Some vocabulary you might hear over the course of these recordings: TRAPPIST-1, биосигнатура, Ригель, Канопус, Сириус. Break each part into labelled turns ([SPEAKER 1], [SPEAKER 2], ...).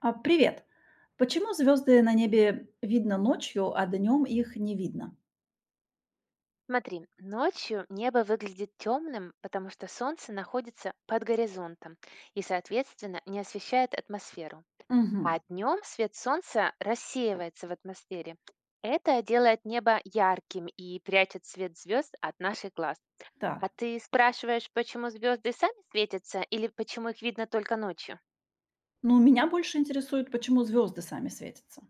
[SPEAKER 1] А, привет. Почему звезды на небе видно ночью, а днем их не видно?
[SPEAKER 2] Смотри, ночью небо выглядит темным, потому что солнце находится под горизонтом и, соответственно, не освещает атмосферу. А
[SPEAKER 1] Мгм.
[SPEAKER 2] днем свет солнца рассеивается в атмосфере. Это делает небо ярким и прячет свет звезд от наших глаз. А
[SPEAKER 1] Так.
[SPEAKER 2] ты спрашиваешь, почему звезды сами светятся или почему их видно только ночью?
[SPEAKER 1] Ну, меня больше интересует, почему звезды сами светятся.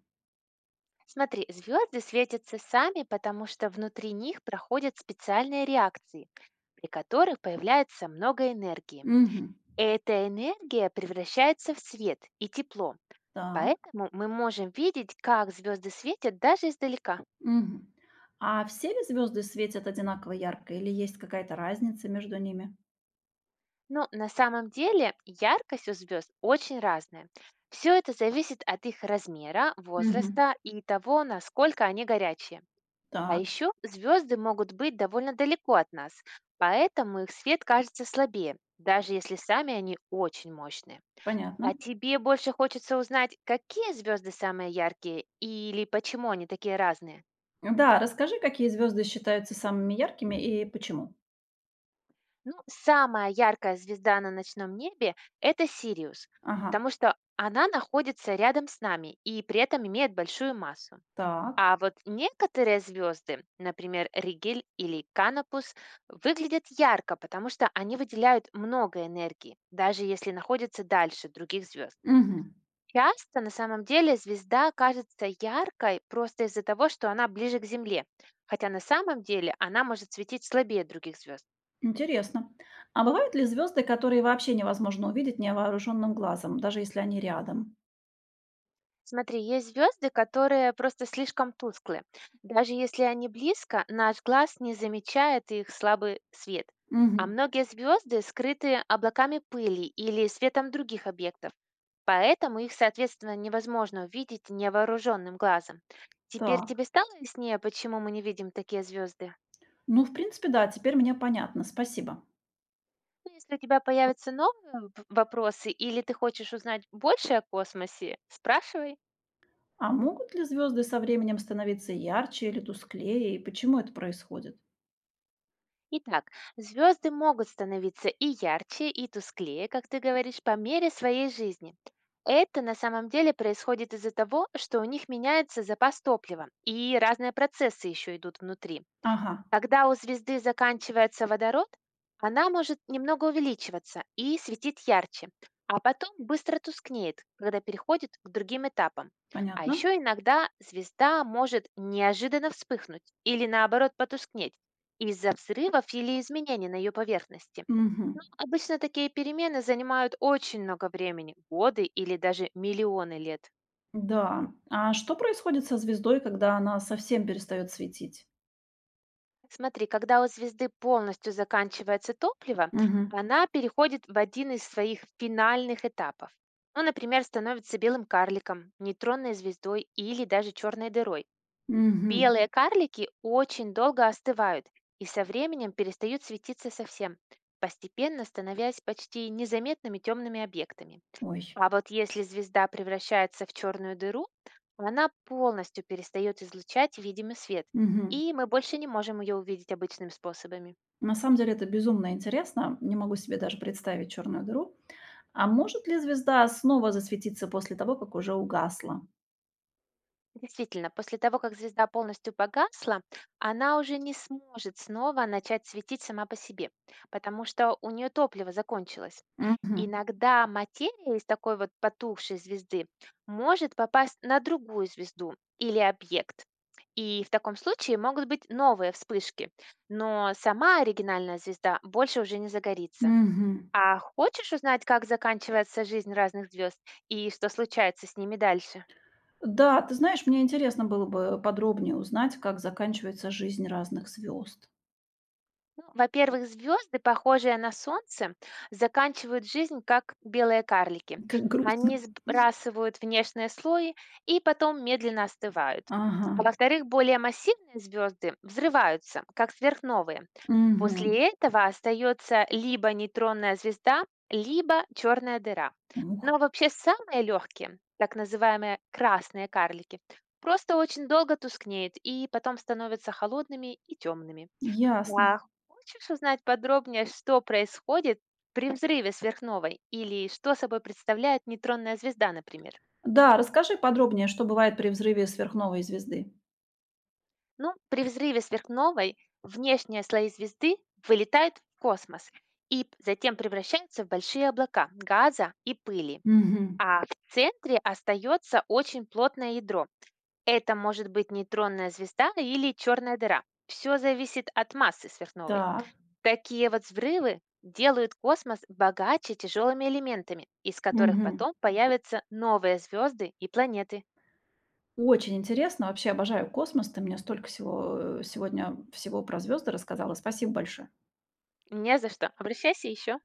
[SPEAKER 2] Смотри, звезды светятся сами, потому что внутри них проходят специальные реакции, при которых появляется много энергии.
[SPEAKER 1] Мгм.
[SPEAKER 2] Эта энергия превращается в свет и тепло,
[SPEAKER 1] Так.
[SPEAKER 2] поэтому мы можем видеть, как звезды светят даже издалека.
[SPEAKER 1] Мгм. А все ли звезды светят одинаково ярко или есть какая-то разница между ними?
[SPEAKER 2] Но на самом деле яркость у звезд очень разная. Все это зависит от их размера,
[SPEAKER 1] Мгм.
[SPEAKER 2] возраста и того, насколько они горячие. А
[SPEAKER 1] Так,
[SPEAKER 2] еще звезды могут быть довольно далеко от нас, поэтому их свет кажется слабее, даже если сами они очень мощные.
[SPEAKER 1] понятно.
[SPEAKER 2] А тебе больше хочется узнать, какие звезды самые яркие или почему они такие разные?
[SPEAKER 1] Да, расскажи, какие звезды считаются самыми яркими и почему.
[SPEAKER 2] Ну, самая яркая звезда на ночном небе – это Сириус,
[SPEAKER 1] Ага.
[SPEAKER 2] потому что она находится рядом с нами и при этом имеет большую массу.
[SPEAKER 1] Так.
[SPEAKER 2] А вот некоторые звезды, например, Ригель или Канопус, выглядят ярко, потому что они выделяют много энергии, даже если находятся дальше других звезд.
[SPEAKER 1] Мгм.
[SPEAKER 2] Часто на самом деле звезда кажется яркой просто из-за того, что она ближе к Земле, хотя на самом деле она может светить слабее других звезд.
[SPEAKER 1] Интересно. А бывают ли звезды, которые вообще невозможно увидеть невооруженным глазом, даже если они рядом?
[SPEAKER 2] Смотри, есть звезды, которые просто слишком тусклые. Даже если они близко, наш глаз не замечает их слабый свет. А
[SPEAKER 1] Мгм.
[SPEAKER 2] многие звезды скрыты облаками пыли или светом других объектов, поэтому их, соответственно, невозможно увидеть невооруженным глазом. Теперь тебе
[SPEAKER 1] Так.
[SPEAKER 2] стало яснее, почему мы не видим такие звезды?
[SPEAKER 1] Ну, в принципе, да, теперь мне понятно. Спасибо.
[SPEAKER 2] Ну, если у тебя появятся новые вопросы или ты хочешь узнать больше о космосе, спрашивай.
[SPEAKER 1] А могут ли звезды со временем становиться ярче или тусклее? И почему это происходит?
[SPEAKER 2] Итак, звезды могут становиться и ярче, и тусклее, как ты говоришь, по мере своей жизни. Это на самом деле происходит из-за того, что у них меняется запас топлива, и разные процессы еще идут внутри.
[SPEAKER 1] Ага,
[SPEAKER 2] Когда у звезды заканчивается водород, она может немного увеличиваться и светить ярче, а потом быстро тускнеет, когда переходит к другим этапам. А
[SPEAKER 1] понятно.
[SPEAKER 2] еще иногда звезда может неожиданно вспыхнуть или наоборот потускнеть из-за взрывов или изменений на ее поверхности.
[SPEAKER 1] Мгм.
[SPEAKER 2] Обычно такие перемены занимают очень много времени, годы или даже миллионы лет.
[SPEAKER 1] Да. А что происходит со звездой, когда она совсем перестает светить?
[SPEAKER 2] Смотри, когда у звезды полностью заканчивается топливо,
[SPEAKER 1] Мгм.
[SPEAKER 2] она переходит в один из своих финальных этапов. Ну, например, становится белым карликом, нейтронной звездой или даже черной дырой.
[SPEAKER 1] Мгм.
[SPEAKER 2] Белые карлики очень долго остывают и со временем перестают светиться совсем, постепенно становясь почти незаметными темными объектами.
[SPEAKER 1] Ой.
[SPEAKER 2] А вот если звезда превращается в черную дыру, она полностью перестает излучать видимый свет,
[SPEAKER 1] Мгм.
[SPEAKER 2] и мы больше не можем ее увидеть обычными способами.
[SPEAKER 1] На самом деле это безумно интересно. Не могу себе даже представить черную дыру. А может ли звезда снова засветиться после того, как уже угасла?
[SPEAKER 2] Действительно, после того, как звезда полностью погасла, она уже не сможет снова начать светить сама по себе, потому что у нее топливо закончилось.
[SPEAKER 1] Мгм.
[SPEAKER 2] Иногда материя из такой вот потухшей звезды может попасть на другую звезду или объект. И в таком случае могут быть новые вспышки, но сама оригинальная звезда больше уже не загорится.
[SPEAKER 1] Мгм.
[SPEAKER 2] А хочешь узнать, как заканчивается жизнь разных звезд и что случается с ними дальше?
[SPEAKER 1] Да, ты знаешь, мне интересно было бы подробнее узнать, как заканчивается жизнь разных звезд.
[SPEAKER 2] Ну, во-первых, звезды, похожие на Солнце, заканчивают жизнь как белые карлики.
[SPEAKER 1] Как грустно.
[SPEAKER 2] Они сбрасывают внешние слои и потом медленно остывают.
[SPEAKER 1] Ага.
[SPEAKER 2] А во-вторых, более массивные звезды взрываются, как сверхновые.
[SPEAKER 1] Мгм.
[SPEAKER 2] После этого остается либо нейтронная звезда, либо черная дыра.
[SPEAKER 1] Ух,
[SPEAKER 2] Но вообще самые легкие, так называемые красные карлики, просто очень долго тускнеют и потом становятся холодными и темными.
[SPEAKER 1] ясно.
[SPEAKER 2] А хочешь узнать подробнее, что происходит при взрыве сверхновой или что собой представляет нейтронная звезда, например?
[SPEAKER 1] Да, расскажи подробнее, что бывает при взрыве сверхновой звезды.
[SPEAKER 2] Ну, при взрыве сверхновой внешние слои звезды вылетают в космос и затем превращаются в большие облака газа и пыли.
[SPEAKER 1] Мгм.
[SPEAKER 2] А в центре остается очень плотное ядро. Это может быть нейтронная звезда или черная дыра. Все зависит от массы сверхновой.
[SPEAKER 1] Так.
[SPEAKER 2] Такие вот взрывы делают космос богаче тяжелыми элементами, из которых
[SPEAKER 1] Мгм.
[SPEAKER 2] потом появятся новые звезды и планеты.
[SPEAKER 1] Очень интересно. Вообще обожаю космос. Ты мне столько всего сегодня всего про звезды рассказала. Спасибо большое.
[SPEAKER 2] Не за что. Обращайся еще.